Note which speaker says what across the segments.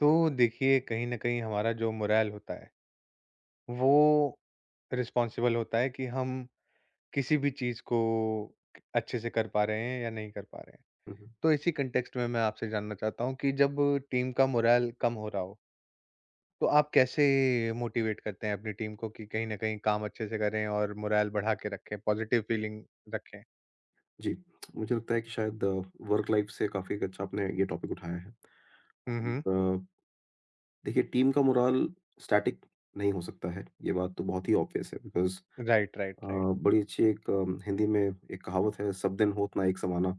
Speaker 1: तो देखिए कहीं न कहीं हमारा जो मोरल होता है, वो रिस्पॉन्सिबल होता है कि हम किसी भी चीज़ को अच्छे से कर पा रहे हैं या नहीं कर पा रहे हैं।
Speaker 2: हुँ।
Speaker 1: तो इसी कॉन्टेक्स्ट में मैं आपसे जानना चाहता हूँ कि जब टीम का मोरल कम हो रहा हो, तो आप कैसे मोटिवेट करते हैं अपनी टीम को कि कहीं न कहीं काम अच्छे से करें और मोरल बढ़ा के रखें, पॉजिटिव फीलिंग रखें?
Speaker 2: जी, मुझे लगता है कि शायद वर्क लाइफ से काफ़ी एक अच्छा आपने ये टॉपिक उठाया है।
Speaker 1: हुँ, हुँ।
Speaker 2: और अ, देखिए, टीम का मोराल स्टैटिक नहीं हो सकता है, ये बात तो बहुत ही ऑब्वियस है because
Speaker 1: right, right,
Speaker 2: uh,
Speaker 1: right.
Speaker 2: बड़ी अच्छी एक हिंदी में एक कहावत है, "सब दिन होत ना एक समाना"।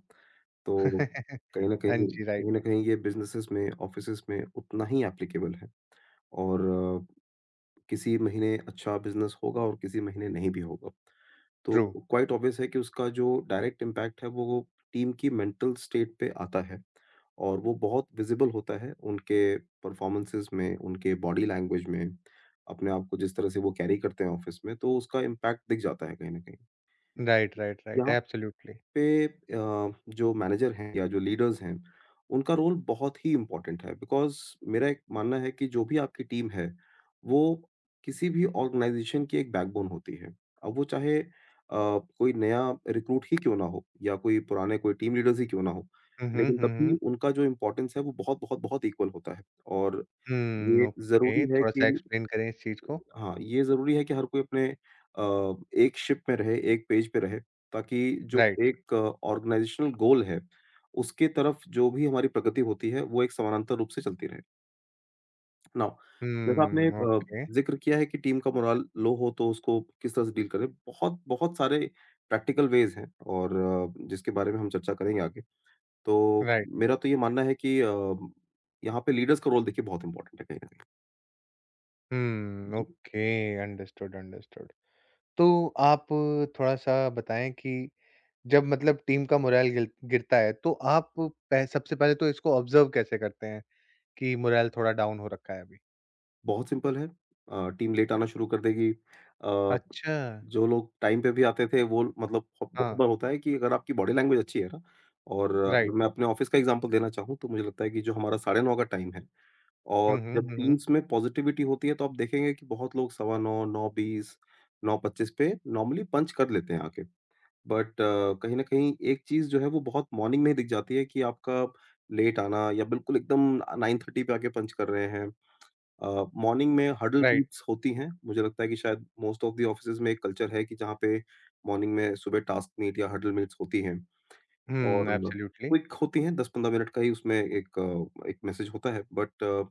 Speaker 2: तो कहीं न कहीं
Speaker 1: हाँ जी, राइट।
Speaker 2: ये बिज़नेसेस में, ऑफ़िसेज़ में उतना ही एप्लीकेबल है। और किसी महीने अच्छा बिज़नेस होगा और किसी महीने नहीं भी होगा। तो
Speaker 1: ट्रू।
Speaker 2: क्वाइट ऑब्वियस है कि उसका जो डायरेक्ट इम्पैक्ट है, वो टीम की मेंटल स्टेट पे आता है। और वो बहुत विजिबल होता है उनके परफॉर्मेंसेस में, उनके बॉडी लैंग्वेज में, अपने आप को जिस तरह से वो कैरी करते हैं ऑफिस में, तो उसका इम्पैक्ट दिख जाता है कहीं न कहीं।
Speaker 1: Right, right, right.
Speaker 2: यहाँ
Speaker 1: एब्सोल्युटली।
Speaker 2: पे जो मैनेजर हैं या जो लीडर्स हैं, उनका रोल बहुत ही इम्पोर्टेंट है बिकॉज़ मेरा एक मानना है कि जो भी आपकी टीम है, वो किसी भी ऑर्गेनाइज़ेशन की एक बैकबोन होती है। अब वो चाहे कोई नया रिक्रूट ही क्यों ना हो या कोई पुराने कोई टीम लीडर्स ही क्यों ना हो,
Speaker 1: हुँ, हुँ।
Speaker 2: लेकिन
Speaker 1: हुँ,
Speaker 2: तब भी
Speaker 1: हुँ।
Speaker 2: उनका जो इम्पोर्टेंस है, वो बहुत-बहुत बहुत बहुत इक्वल होता है। और ये
Speaker 1: हुँ, ओके,
Speaker 2: ज़रूरी है कि
Speaker 1: थोड़ा-सा एक्सप्लेन करें इस चीज़ को।
Speaker 2: हाँ, ये ज़रूरी है कि हर कोई अपने अ, एक शिप में रहे, एक पेज पे रहे, ताकि जो
Speaker 1: राइट।
Speaker 2: एक ऑर्गेनाइज़ेशनल गोल है, उसके तरफ जो भी हमारी प्रगति होती है, वो एक समानांतर रूप से चलती रहे। नाउ जैसा आपने
Speaker 1: हुँ, ओके,
Speaker 2: ज़िक्र किया है कि टीम का मोराल लो हो तो उसको किस तरह से डील करें, बहुत बहुत सारे प्रैक्टिकल वेज़ हैं और जिसके बारे में हम चर्चा करेंगे आगे। तो
Speaker 1: राइट।
Speaker 2: मेरा तो ये मानना है कि यहाँ पे लीडर्स का रोल देखिए बहुत इम्पोर्टेंट है कहीं न कहीं।
Speaker 1: हुँ,
Speaker 2: जी।
Speaker 1: Okay, understood, understood. तो आप थोड़ा-सा बताएँ कि जब मतलब टीम का मोराल गिल गिरता है, तो आप पह सबसे पहले तो इसको ऑब्ज़र्व कैसे करते हैं कि मोराल थोड़ा डाउन हो रखा है अभी?
Speaker 2: बहुत सिंपल है। टीम लेट आना शुरू कर देगी।
Speaker 1: अच्छा,
Speaker 2: जो लोग टाइम पे भी आते थे, वो मतलब बहुत
Speaker 1: हाँ,
Speaker 2: बार होता है कि अगर आपकी बॉडी लैंग्वेज अच्छी है ना। और अगर
Speaker 1: राइट।
Speaker 2: मैं अपने ऑफिस का एग्ज़ाम्पल देना चाहूँ, तो मुझे लगता है कि जो हमारा 9:30 का टाइम है,
Speaker 1: हुँ,
Speaker 2: और
Speaker 1: हुँ,
Speaker 2: जब
Speaker 1: हुँ, हुँ,
Speaker 2: टीम्स में पॉज़िटिविटी होती है, तो आप देखेंगे कि बहुत लोग 9:15, 9:20, 9:25 पे नॉर्मली पंच कर लेते हैं आके। बट कहीं न कहीं एक चीज़ जो है वो बहुत मॉर्निंग में ही दिख जाती है कि आपका लेट आना या बिल्कुल एकदम 9:30 पे आके पंच कर रहे हैं। अ, मॉर्निंग में हडल
Speaker 1: राइट।
Speaker 2: बीट्स होती हैं। मुझे लगता है कि शायद मोस्ट ऑफ द ऑफिसेज़ में एक कल्चर है कि जहाँ पे मॉर्निंग में सुबह टास्क मीट या हडल मीट्स होती हैं।
Speaker 1: हुँ,
Speaker 2: और
Speaker 1: एब्सोल्युटली।
Speaker 2: क्विक होती हैं, 10-15 मिनट का ही उसमें एक मैसेज होता है। बट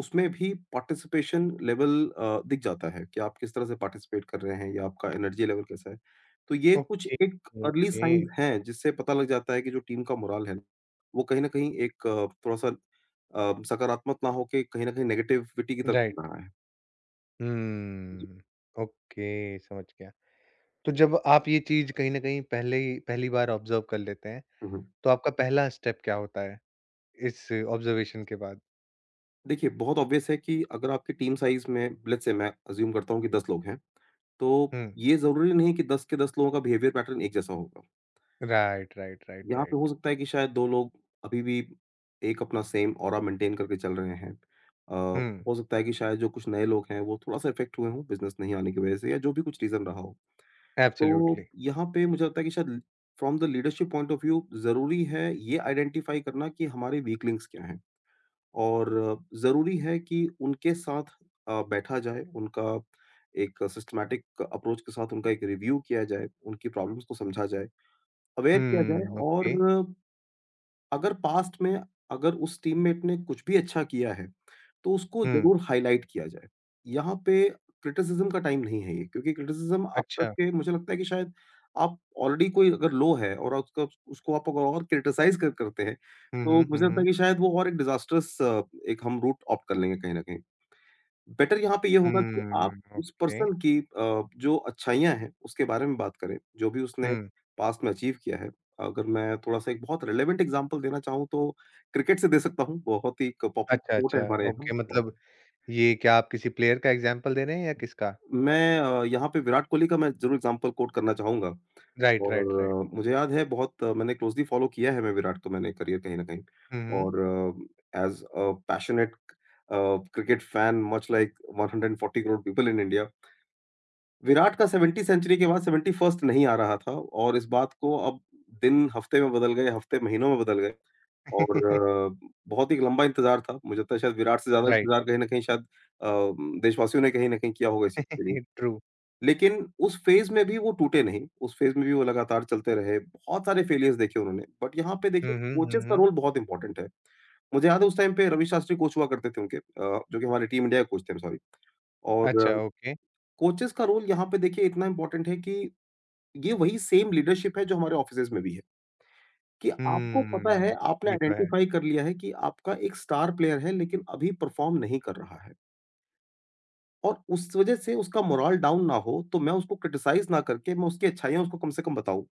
Speaker 2: उसमें भी पार्टिसिपेशन लेवल दिख जाता है कि आप किस तरह से पार्टिसिपेट कर रहे हैं या आपका एनर्जी लेवल कैसा है। तो ये कुछ
Speaker 1: ओके,
Speaker 2: एक अर्ली
Speaker 1: ओके,
Speaker 2: साइंस हैं जिससे पता लग जाता है कि जो टीम का मोराल है, वो कहीं न कहीं एक थोड़ा-सा सकारात्मक ना होके कहीं न कहीं नेगेटिविटी की तरफ जा
Speaker 1: राइट।
Speaker 2: रहा है। जी।
Speaker 1: हुँ, ओके, समझ गया। तो जब आप ये चीज़ कहीं न कहीं पहले ही पहली बार ऑब्ज़र्व कर लेते हैं,
Speaker 2: हुँ, हुँ।
Speaker 1: तो आपका पहला स्टेप क्या होता है इस ऑब्ज़र्वेशन के बाद?
Speaker 2: देखिए, बहुत ऑब्वियस है कि अगर आपकी टीम साइज़ में लेट्स से मैं अज़्यूम करता हूँ कि 10 लोग हैं। तो
Speaker 1: हुँ।
Speaker 2: ये ज़रूरी नहीं कि 10 के 10 लोगों का बिहेवियर पैटर्न एक जैसा होगा।
Speaker 1: राइट, राइट, राइट,
Speaker 2: यहाँ पे हो
Speaker 1: राइट।
Speaker 2: सकता है कि शायद 2 लोग अभी भी एक अपना सेम ऑरा मेंटेन करके चल रहे हैं। अ,
Speaker 1: हुँ,
Speaker 2: हो सकता है कि शायद जो कुछ नए लोग हैं, वो थोड़ा-सा इफ़ेक्ट हुए हों बिज़नेस नहीं आने की वज़ह से या जो भी कुछ रीज़न रहा हो। तो
Speaker 1: ऐब्सोल्यूटली।
Speaker 2: यहाँ पे मुझे लगता है कि शायद from the leadership point of view ज़रूरी है ये आइडेंटिफ़ाई करना कि हमारे वीक लिंक्स क्या हैं। और ज़रूरी है कि उनके साथ बैठा जाए, उनका एक सिस्टमैटिक अप्रोच के साथ उनका एक रिव्यू किया जाए, उनकी प्रॉब्लम्स को समझा जाए, अवेयर किया जाए।
Speaker 1: हुँ,
Speaker 2: और
Speaker 1: ओके।
Speaker 2: अगर पास्ट में अगर उस टीममेट ने कुछ भी अच्छा किया है, तो उसको
Speaker 1: हुँ,
Speaker 2: ज़रूर हाइलाइट किया जाए। यहाँ पे क्रिटिसिज़्म का टाइम नहीं है ये, क्योंकि क्रिटिसिज़्म आप
Speaker 1: अच्छा।
Speaker 2: करके मुझे लगता है कि शायद आप ऑलरेडी कोई अगर लो है और उसका उसको आप अगर और क्रिटिसाइज़ कर करते हैं,
Speaker 1: हुँ,
Speaker 2: तो
Speaker 1: हुँ, हुँ,
Speaker 2: मुझे लगता है
Speaker 1: हुँ।
Speaker 2: कि शायद वो और एक डिज़ास्ट्रस एक हम रूट ऑप्ट कर लेंगे कहीं न कहीं। बेटर यहाँ पे ये होगा कि आप
Speaker 1: हुँ,
Speaker 2: उस
Speaker 1: ओके।
Speaker 2: पर्सन की जो अच्छाइयाँ हैं, उसके बारे में बात करें, जो भी उसने
Speaker 1: हुँ,
Speaker 2: पास्ट में अचीव किया है। अगर मैं थोड़ा-सा एक बहुत रिलेवेंट एग्ज़ाम्पल देना चाहूँ तो क्रिकेट से दे सकता हूँ। बहुत ही एक पॉपुलर
Speaker 1: अच्छा,
Speaker 2: स्पोर्ट है
Speaker 1: अच्छा,
Speaker 2: हमारे यहाँ,
Speaker 1: ओके
Speaker 2: और
Speaker 1: मतलब ये क्या आप किसी प्लेयर का एग्ज़ाम्पल दे रहे हैं या किसका?
Speaker 2: मैं यहाँ पे विराट कोहली का मैं ज़रूर एग्ज़ाम्पल कोट करना चाहूँगा।
Speaker 1: राइट,
Speaker 2: और
Speaker 1: राइट, राइट।
Speaker 2: मुझे याद है बहुत, मैंने क्लोज़ली फ़ॉलो किया है मैं विराट को, मैंने करियर कहीं न कहीं।
Speaker 1: हुँ, हुँ।
Speaker 2: और as a passionate cricket fan, much like 140 crore people in India, Virat का 70 सेंचुरी के बाद 71st नहीं आ रहा था। और इस बात को अब दिन हफ़्ते में बदल गए, हफ़्ते महीनों में बदल गए, और बहुत ही एक लंबा इंतज़ार था। मुझे लगता है शायद विराट से ज़्यादा
Speaker 1: राइट,
Speaker 2: इंतज़ार कहीं न कहीं शायद देशवासियों ने कहीं न कहीं किया होगा इस चीज़ के लिए।
Speaker 1: ट्रू।
Speaker 2: लेकिन उस फ़ेज़ में भी वो टूटे नहीं, उस फ़ेज़ में भी वो लगातार चलते रहे, बहुत सारे फेलियर्स देखे उन्होंने। बट यहाँ पे
Speaker 1: हुँ,
Speaker 2: देखिए
Speaker 1: हुँ, हुँ,
Speaker 2: कोचेज़ का
Speaker 1: हुँ।
Speaker 2: रोल बहुत इम्पोर्टेंट है। मुझे याद है उस टाइम पे रवि शास्त्री कोच हुआ करते थे उनके, जो कि हमारे टीम इंडिया के कोच थे, आई एम सॉरी।
Speaker 1: अच्छा,
Speaker 2: और
Speaker 1: ओके।
Speaker 2: कोचेज़ का रोल यहाँ पे देखिए इतना इम्पोर्टेंट है कि ये वही सेम लीडरशिप है जो हमारे ऑफ़िसेज़ में भी है, कि आपको पता है,
Speaker 1: हुँ,
Speaker 2: आपने
Speaker 1: ये तो है।
Speaker 2: आइडेंटिफ़ाई कर लिया है कि आपका एक स्टार प्लेयर है लेकिन अभी परफ़ॉर्म नहीं कर रहा है, और उस वज़ह से उसका मोराल डाउन ना हो, तो मैं उसको क्रिटिसाइज़ ना करके मैं उसकी अच्छाइयाँ उसको कम से कम बताऊँ।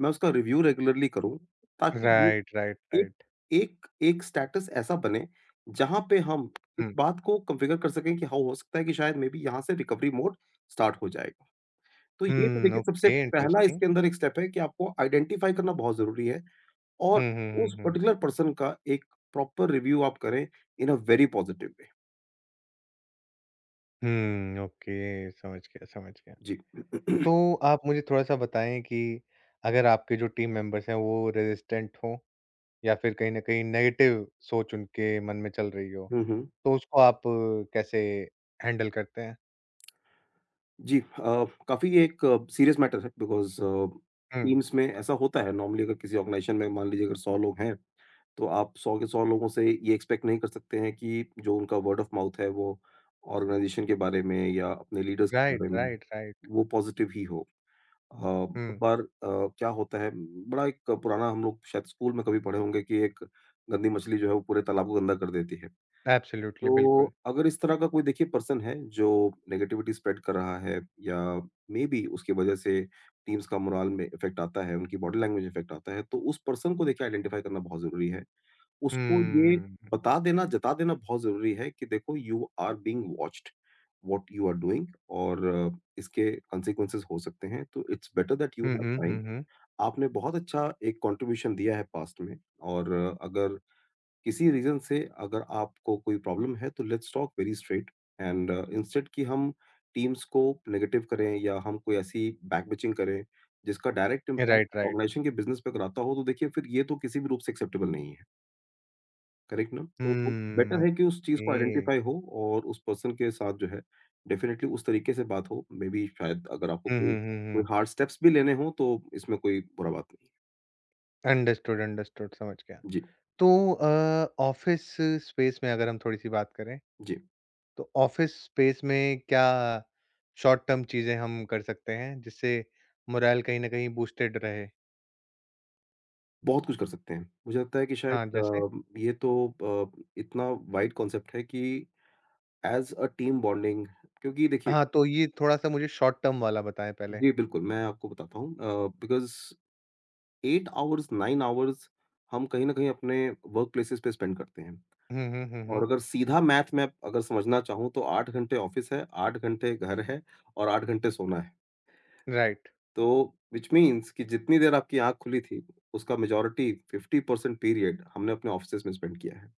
Speaker 2: मैं उसका रिव्यू रेगुलरली करूँ, ताकि ये
Speaker 1: Right, right,
Speaker 2: एक
Speaker 1: right.
Speaker 2: एक एक स्टेटस ऐसा बने, जहाँ पे हम इस
Speaker 1: Hmm.
Speaker 2: बात को कॉन्फ़िगर कर सकें कि हाँ, हो सकता है कि शायद मे बी यहाँ से रिकवरी मोड स्टार्ट हो जाएगा। तो ये तो
Speaker 1: Hmm,
Speaker 2: देखिए सबसे
Speaker 1: okay,
Speaker 2: पहला
Speaker 1: इंटरेस्टिंग।
Speaker 2: इसके अंदर एक स्टेप है कि आपको आइडेंटिफ़ाई करना बहुत ज़रूरी है। और
Speaker 1: हुँ, हुँ,
Speaker 2: उस
Speaker 1: हुँ, हुँ।
Speaker 2: पर्टिकुलर पर्सन का एक प्रॉपर रिव्यू आप करें in a very positive way.
Speaker 1: हुँ, ओके, समझ गया, समझ गया।
Speaker 2: जी।
Speaker 1: तो आप मुझे थोड़ा-सा बताएँ कि अगर आपके जो टीम मेंबर्स हैं, वो रेज़िस्टेंट हों या फिर कहीं न कहीं नेगेटिव सोच उनके मन में चल रही हो,
Speaker 2: हुँ, हुँ।
Speaker 1: तो उसको आप कैसे हैंडल करते हैं?
Speaker 2: जी, काफ़ी एक सीरियस मैटर है बिकॉज़
Speaker 1: हुँ।
Speaker 2: टीम्स में ऐसा होता है नॉर्मली। अगर किसी ऑर्गेनाइज़ेशन में मान लीजिए अगर 100 लोग हैं, तो आप 100 के 100 लोगों से ये एक्सपेक्ट नहीं कर सकते हैं कि जो उनका वर्ड ऑफ माउथ है वो ऑर्गेनाइज़ेशन के बारे में या अपने लीडर्स के
Speaker 1: राइट,
Speaker 2: बारे में,
Speaker 1: राइट, राइट।
Speaker 2: वो पॉज़िटिव ही हो। बहुत
Speaker 1: हुँ,
Speaker 2: बार क्या होता है, बड़ा एक पुराना हम लोग शायद स्कूल में कभी पढ़े होंगे कि एक गंदी मछली जो है वो पूरे तालाब को गंदा कर देती है।
Speaker 1: एब्सोल्यूटली,
Speaker 2: तो
Speaker 1: बिल्कुल।
Speaker 2: अगर इस तरह का कोई देखिए पर्सन है जो नेगेटिविटी स्प्रेड कर रहा है, या मेबी उसकी वज़ह से टीम्स का मोराल में इफ़ेक्ट आता है, उनकी बॉडी लैंग्वेज इफ़ेक्ट आता है, तो उस पर्सन को देखिए आइडेंटिफ़ाई करना बहुत ज़रूरी है। उसको ये
Speaker 1: हुँ।
Speaker 2: बता देना, जता देना बहुत ज़रूरी है कि देखो, you are being watched, what you are doing, और इसके कॉन्सिक्वेंसेज़ हो सकते हैं। तो it's better that you
Speaker 1: hmm,
Speaker 2: have
Speaker 1: hmm,
Speaker 2: time.
Speaker 1: Hmm, hmm.
Speaker 2: आपने बहुत अच्छा एक कंट्रीब्यूशन दिया है पास्ट में, और अगर किसी रीज़न से अगर आपको कोई प्रॉब्लम है, तो let's talk very straight. And instead कि हम टीम्स को नेगेटिव करें या हम कोई ऐसी बैकबिचिंग करें, जिसका direct impact
Speaker 1: right, right.
Speaker 2: Organization के बिज़नेस पे कराता हो, तो देखिए फिर ये तो किसी भी रूप से एक्सेप्टेबल नहीं है। करेक्ट ना? तो
Speaker 1: हुँ,
Speaker 2: बेटर है कि उस चीज़ को आइडेंटिफ़ाई
Speaker 1: ओके।
Speaker 2: हो और उस पर्सन के साथ जो है डेफ़िनिटली उस तरीके से बात हो, मे बी शायद अगर आपको
Speaker 1: हुँ,
Speaker 2: कोई
Speaker 1: हुँ, हुँ,
Speaker 2: कोई
Speaker 1: हुँ।
Speaker 2: हार्ड स्टेप्स भी लेने हों तो इसमें कोई बुरा बात नहीं है।
Speaker 1: अंडरस्टूड, अंडरस्टूड समझ गया।
Speaker 2: जी,
Speaker 1: तो ऑफ़िस स्पेस में अगर हम थोड़ी-सी बात करें,
Speaker 2: जी।
Speaker 1: तो ऑफ़िस स्पेस में क्या शॉर्ट टर्म चीज़ें हम कर सकते हैं, जिससे मोराल कहीं न कहीं बूस्टेड रहे?
Speaker 2: बहुत कुछ कर सकते हैं। मुझे लगता है कि शायद
Speaker 1: हाँ, जैसे?
Speaker 2: ये तो इतना वाइड कॉन्सेप्ट है कि ऐज़ अ टीम बॉन्डिंग क्योंकि देखिए।
Speaker 1: हाँ, तो ये थोड़ा-सा मुझे शॉर्ट टर्म वाला बताएँ पहले।
Speaker 2: जी, बिल्कुल, मैं आपको बताता हूँ बिकॉज़ 8 आवर्स 9 आवर्स हम कहीं न कहीं अपने वर्क प्लेसेस पे स्पेंड करते हैं।
Speaker 1: हुँ, हुँ, हुँ,
Speaker 2: और
Speaker 1: हुँ।
Speaker 2: अगर सीधा मैथ में अगर समझना चाहूँ तो 8 घंटे ऑफ़िस है, 8 घंटे घर है और 8 घंटे सोना है।
Speaker 1: राइट,
Speaker 2: तो व्हिच मीन्स कि जितनी देर आपकी आँख खुली थी, उसका मेजॉरिटी 50% पीरियड हमने अपने ऑफ़िसेज़ में स्पेंड किया है।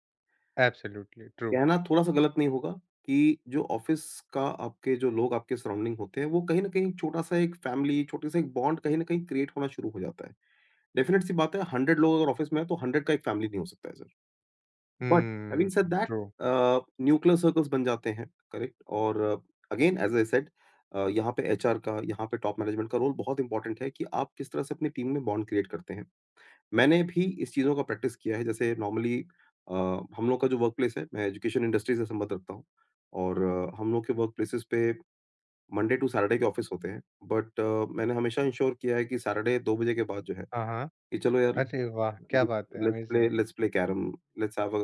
Speaker 1: Absolutely true.
Speaker 2: कहना थोड़ा-सा गलत नहीं होगा कि जो ऑफ़िस का आपके जो लोग आपके सराउंडिंग होते हैं, वो कहीं न कहीं छोटा-सा एक फैमिली, छोटे-से एक बॉन्ड कहीं न कहीं क्रिएट होना शुरू हो जाता है। डेफ़िनेट सी बात है, 100 लोग अगर ऑफ़िस में हैं, तो 100 का एक फैमिली नहीं हो सकता है ऐसे। But having said
Speaker 1: hmm,
Speaker 2: that
Speaker 1: true.
Speaker 2: Nuclear circles बन जाते हैं। करेक्ट। और अगेन एज आई सेड यहाँ पे एचआर का, यहाँ पे टॉप मैनेजमेंट का रोल बहुत इंपॉर्टेंट है कि आप किस तरह से अपनी टीम में बॉन्ड क्रिएट करते हैं। मैंने भी इस चीज़ों का प्रैक्टिस किया है। जैसे नॉर्मली हम लोग का जो वर्क प्लेस है, मैं एजुकेशन इंडस्ट्री से संबंध रखता हूँ और हम लोग के वर्क प्लेसेस पे मंडे टू सैटरडे के ऑफिस होते हैं। बट मैंने हमेशा इंश्योर किया है कि सैटरडे दो बजे के बाद जो है,
Speaker 1: हाँ, हाँ।
Speaker 2: कि चलो यार
Speaker 1: अरे वाह! क्या बात है,
Speaker 2: let's play
Speaker 1: amazing!
Speaker 2: Let's play carrom, let's have a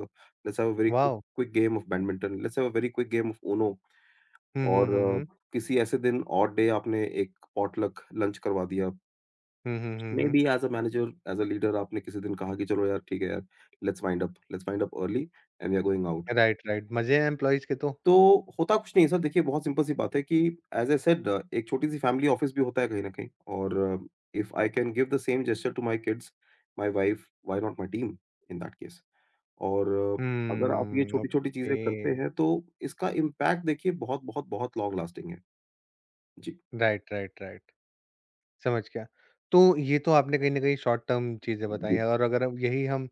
Speaker 2: let's have a very
Speaker 1: wow!
Speaker 2: Quick game of badminton, let's have a very quick game of Uno.
Speaker 1: Hmm, हुँ,
Speaker 2: और
Speaker 1: हुँ, हुँ।
Speaker 2: किसी ऐसे दिन ऑड डे आपने एक पॉटलक लंच करवा दिया।
Speaker 1: Hmm, hmm, hmm,
Speaker 2: may
Speaker 1: hmm.
Speaker 2: Be as a manager as a leader आपने किसी दिन कहा कि चलो यार ठीक है यार, लेट्स wind up early and we are going out.
Speaker 1: Right, right. मज़े हैं एम्प्लॉइज़ के तो।
Speaker 2: तो होता कुछ नहीं है सर। देखिए, बहुत सिंपल सी बात है कि एज आई सेड एक छोटी सी फैमिली ऑफिस भी होता है कहीं ना कहीं। और if I can give the same gesture to my kids, my wife, why not my team in that case. और अगर आप ये छोटी-छोटी
Speaker 1: ओके।
Speaker 2: चीज़ें करते हैं, तो इसका इम्पैक्ट देखिए बहुत-बहुत बहुत बहुत लॉन्ग लास्टिंग है। जी,
Speaker 1: राइट, राइट, राइट। समझ गया। तो ये तो आपने कहीं न कहीं शॉर्ट टर्म चीज़ें बताई
Speaker 2: जी।
Speaker 1: हैं और अगर अब यही हम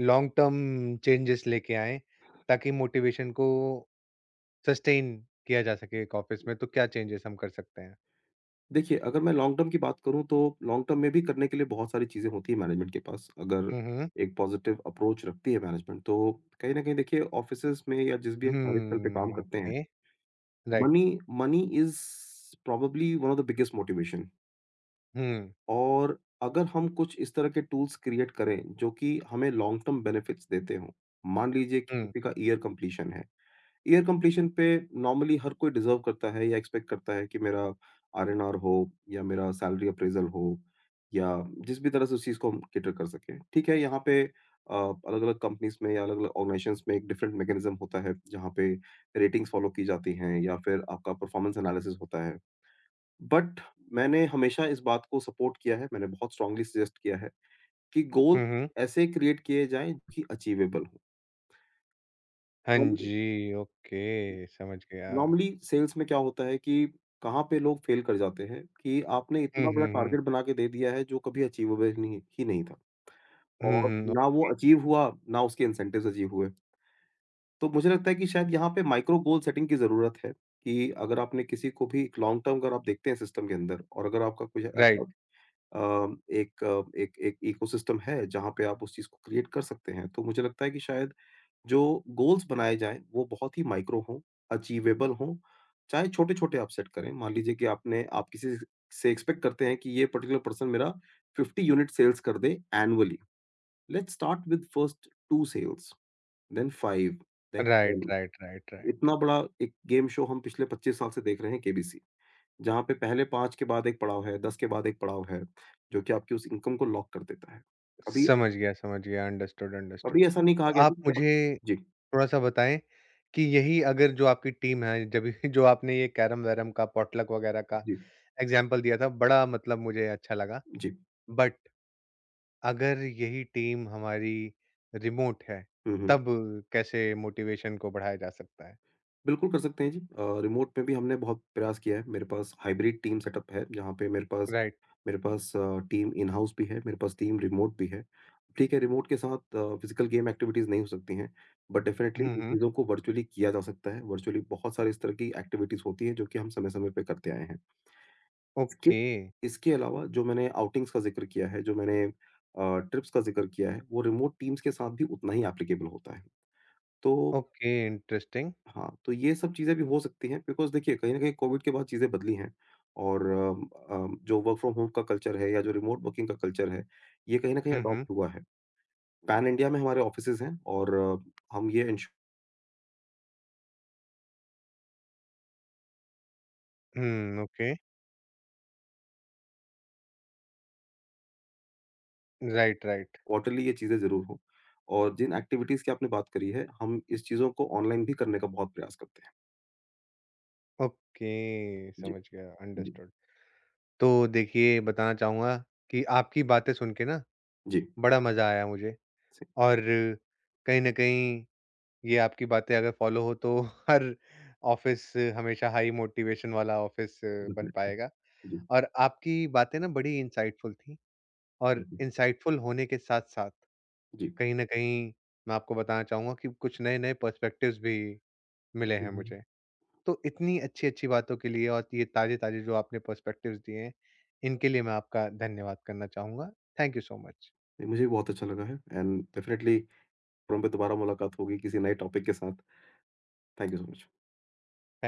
Speaker 1: लॉन्ग टर्म चेंजेस लेके आएँ, ताकि मोटिवेशन को सस्टेन किया जा सके एक ऑफ़िस में, तो क्या चेंजेस हम कर सकते हैं?
Speaker 2: देखिए, अगर मैं लॉन्ग टर्म की बात करूँ, तो लॉन्ग टर्म में भी करने के लिए बहुत सारी चीज़ें होती हैं मैनेजमेंट के पास। अगर
Speaker 1: हुँ, हुँ।
Speaker 2: एक पॉज़िटिव अप्रोच रखती है मैनेजमेंट, तो कहीं न कहीं देखिए ऑफ़िसेज़ में या जिस भी हम कार्यस्थल पे काम
Speaker 1: हुँ,
Speaker 2: करते हैं,
Speaker 1: okay. Right.
Speaker 2: Money money is probably one of the biggest motivation.
Speaker 1: Hmm,
Speaker 2: और अगर हम कुछ इस तरह के टूल्स क्रिएट करें जो कि हमें लॉन्ग टर्म बेनिफिट्स देते हों, मान लीजिए कि
Speaker 1: हुँ।
Speaker 2: किसी का ईयर कंप्लीशन है। ईयर कंप्लीशन पे नॉर्मली हर कोई डिज़र्व करता है या एक्सपेक्ट करता है कि मेरा आरएनआर हो या मेरा सैलरी अप्रेज़ल हो या जिस भी तरह से उस चीज़ को हम कैटर कर सकें। ठीक है, यहाँ पे अलग-अलग कंपनीज़ में या अलग-अलग ऑर्गेनाइज़ेशंस में एक डिफरेंट मैकेनिज़्म होता है, जहाँ पे रेटिंग्स फ़ॉलो की जाती हैं या फिर आपका परफ़ॉर्मेंस एनालिसिस होता है। बट मैंने हमेशा इस बात को सपोर्ट किया है, मैंने बहुत स्ट्रांगली सजेस्ट किया है कि गोल
Speaker 1: हुँ, हुँ।
Speaker 2: ऐसे क्रिएट किए जाएँ कि अचीवेबल हो।
Speaker 1: हाँ
Speaker 2: नॉर्मली
Speaker 1: जी, ओके, समझ गया।
Speaker 2: नॉर्मली सेल्स में क्या होता है, कि कहाँ पे लोग फेल कर जाते हैं, कि आपने
Speaker 1: हुँ,
Speaker 2: इतना बड़ा
Speaker 1: हुँ, हुँ।
Speaker 2: टारगेट बना के दे दिया है जो कभी अचीवेबल नहीं ही नहीं था
Speaker 1: हुँ,
Speaker 2: और
Speaker 1: हुँ।
Speaker 2: ना वो अचीव हुआ, ना उसके इंसेंटिव्स अचीव हुए। तो मुझे लगता है कि शायद यहाँ पे माइक्रो गोल सेटिंग की ज़रूरत है, कि अगर आपने किसी को भी एक लॉन्ग टर्म अगर आप देखते हैं सिस्टम के अंदर, और अगर आपका कुछ ऐसा
Speaker 1: राइट,
Speaker 2: अ, एक अ, एक एक इकोसिस्टम है जहाँ पे आप उस चीज़ को क्रिएट कर सकते हैं। तो मुझे लगता है कि शायद जो गोल्स बनाए जाएँ वो बहुत ही माइक्रो हों, अचीवेबल हों, चाहे छोटे-छोटे आप सेट करें। मान लीजिए कि आपने आप किसी से एक्सपेक्ट करते हैं कि ये पर्टिकुलर पर्सन मेरा 50 यूनिट सेल्स कर दे annually. Let's start with first 2 sales, then 5, then
Speaker 1: right,
Speaker 2: 10।
Speaker 1: Right, right, right.
Speaker 2: इतना बड़ा एक गेम शो हम पिछले 25 साल से देख रहे हैं, केबीसी। जहाँ पे पहले 5 के बाद एक पड़ाव है, 10 के बाद एक पड़ाव है, जो कि आपकी उस इनकम को लॉक कर देता है। कभी
Speaker 1: समझ गया, समझ गया। Understood, understood.
Speaker 2: कभी ऐसा नहीं कहा
Speaker 1: तो
Speaker 2: गया
Speaker 1: आप
Speaker 2: ना कि आप।
Speaker 1: मुझे
Speaker 2: जी,
Speaker 1: थोड़ा-सा बताएँ कि यही अगर जो आपकी टीम है, जब जो आपने ये कैरम-वैरम का, पॉटलक वगैरह का
Speaker 2: जी,
Speaker 1: एग्ज़ाम्पल दिया था, बड़ा मतलब मुझे अच्छा लगा।
Speaker 2: जी।
Speaker 1: बट अगर यही टीम हमारी रिमोट है,
Speaker 2: हुँ, हुँ।
Speaker 1: तब कैसे मोटिवेशन को बढ़ाया जा सकता है?
Speaker 2: बिल्कुल कर सकते हैं जी। रिमोट में भी हमने बहुत प्रयास किया है। मेरे पास हाइब्रिड टीम सेटअप है, जहाँ पे मेरे पास
Speaker 1: राइट।
Speaker 2: मेरे पास टीम इन हाउस भी है, मेरे पास टीम रिमोट भी है। ठीक है, रिमोट के साथ फिज़िकल गेम एक्टिविटीज़ नहीं हो सकती हैं, बट डेफ़िनेटली
Speaker 1: हुँ,
Speaker 2: इन
Speaker 1: हुँ।
Speaker 2: चीज़ों को वर्चुअली किया जा सकता है। वर्चुअली बहुत सारी इस तरह की एक्टिविटीज़ होती हैं, जो कि हम समय-समय पे करते आए हैं। कि
Speaker 1: ओके,
Speaker 2: इसके अलावा जो मैंने आउटिंग्स का ज़िक्र किया है, जो मैंने ट्रिप्स का ज़िक्र किया है, वो रिमोट टीम्स के साथ भी उतना ही एप्लीकेबल होता है। तो
Speaker 1: ओके, इंटरेस्टिंग।
Speaker 2: हाँ, तो ये सब चीज़ें भी हो सकती हैं बिकॉज़ देखिए कहीं न कहीं कोविड के बाद चीज़ें बदली हैं और अम, अम, जो वर्क फ्रॉम होम का कल्चर है या जो रिमोट वर्किंग का कल्चर है, ये कहीं न कहीं
Speaker 1: हुँ, हुँ।
Speaker 2: अडॉप्ट हुआ है। पैन इंडिया में हमारे ऑफिसेज़ हैं और हम ये इंश
Speaker 1: हुँ, ओके। Right, right.
Speaker 2: क्वार्टरली ये चीज़ें ज़रूर हों और जिन एक्टिविटीज़ की आपने बात करी है, हम इस चीज़ों को ऑनलाइन भी करने का बहुत प्रयास करते हैं।
Speaker 1: ओके,
Speaker 2: जी,
Speaker 1: समझ गया,
Speaker 2: जी,
Speaker 1: अंडरस्टूड। तो देखिए, बताना चाहूँगा कि आपकी बातें सुन के ना
Speaker 2: जी।
Speaker 1: बड़ा मज़ा आया मुझे और कहीं न कहीं ये आपकी बातें अगर फ़ॉलो हो तो हर ऑफ़िस हमेशा हाई मोटिवेशन वाला ऑफ़िस बन
Speaker 2: डेफ़िनिटली,
Speaker 1: पाएगा
Speaker 2: जी,
Speaker 1: और आपकी बातें ना बड़ी इनसाइटफुल थी और
Speaker 2: थैंक यू।
Speaker 1: इनसाइटफुल होने के साथ-साथ
Speaker 2: जी।
Speaker 1: कहीं न कहीं मैं आपको बताना चाहूँगा कि कुछ नए-नए पर्सपेक्टिव्स भी मिले
Speaker 2: हुँ,
Speaker 1: हैं
Speaker 2: हुँ,
Speaker 1: मुझे। तो इतनी अच्छी-अच्छी बातों के लिए और ये ताज़े-ताज़े जो आपने पर्सपेक्टिव्स दिए हैं, इनके लिए मैं आपका धन्यवाद करना चाहूँगा। Thank you so much.
Speaker 2: नहीं मुझे भी बहुत अच्छा लगा है एंड डेफ़िनिटली फ़ोरम पे दोबारा मुलाकात होगी किसी नए टॉपिक के साथ। Thank you so much.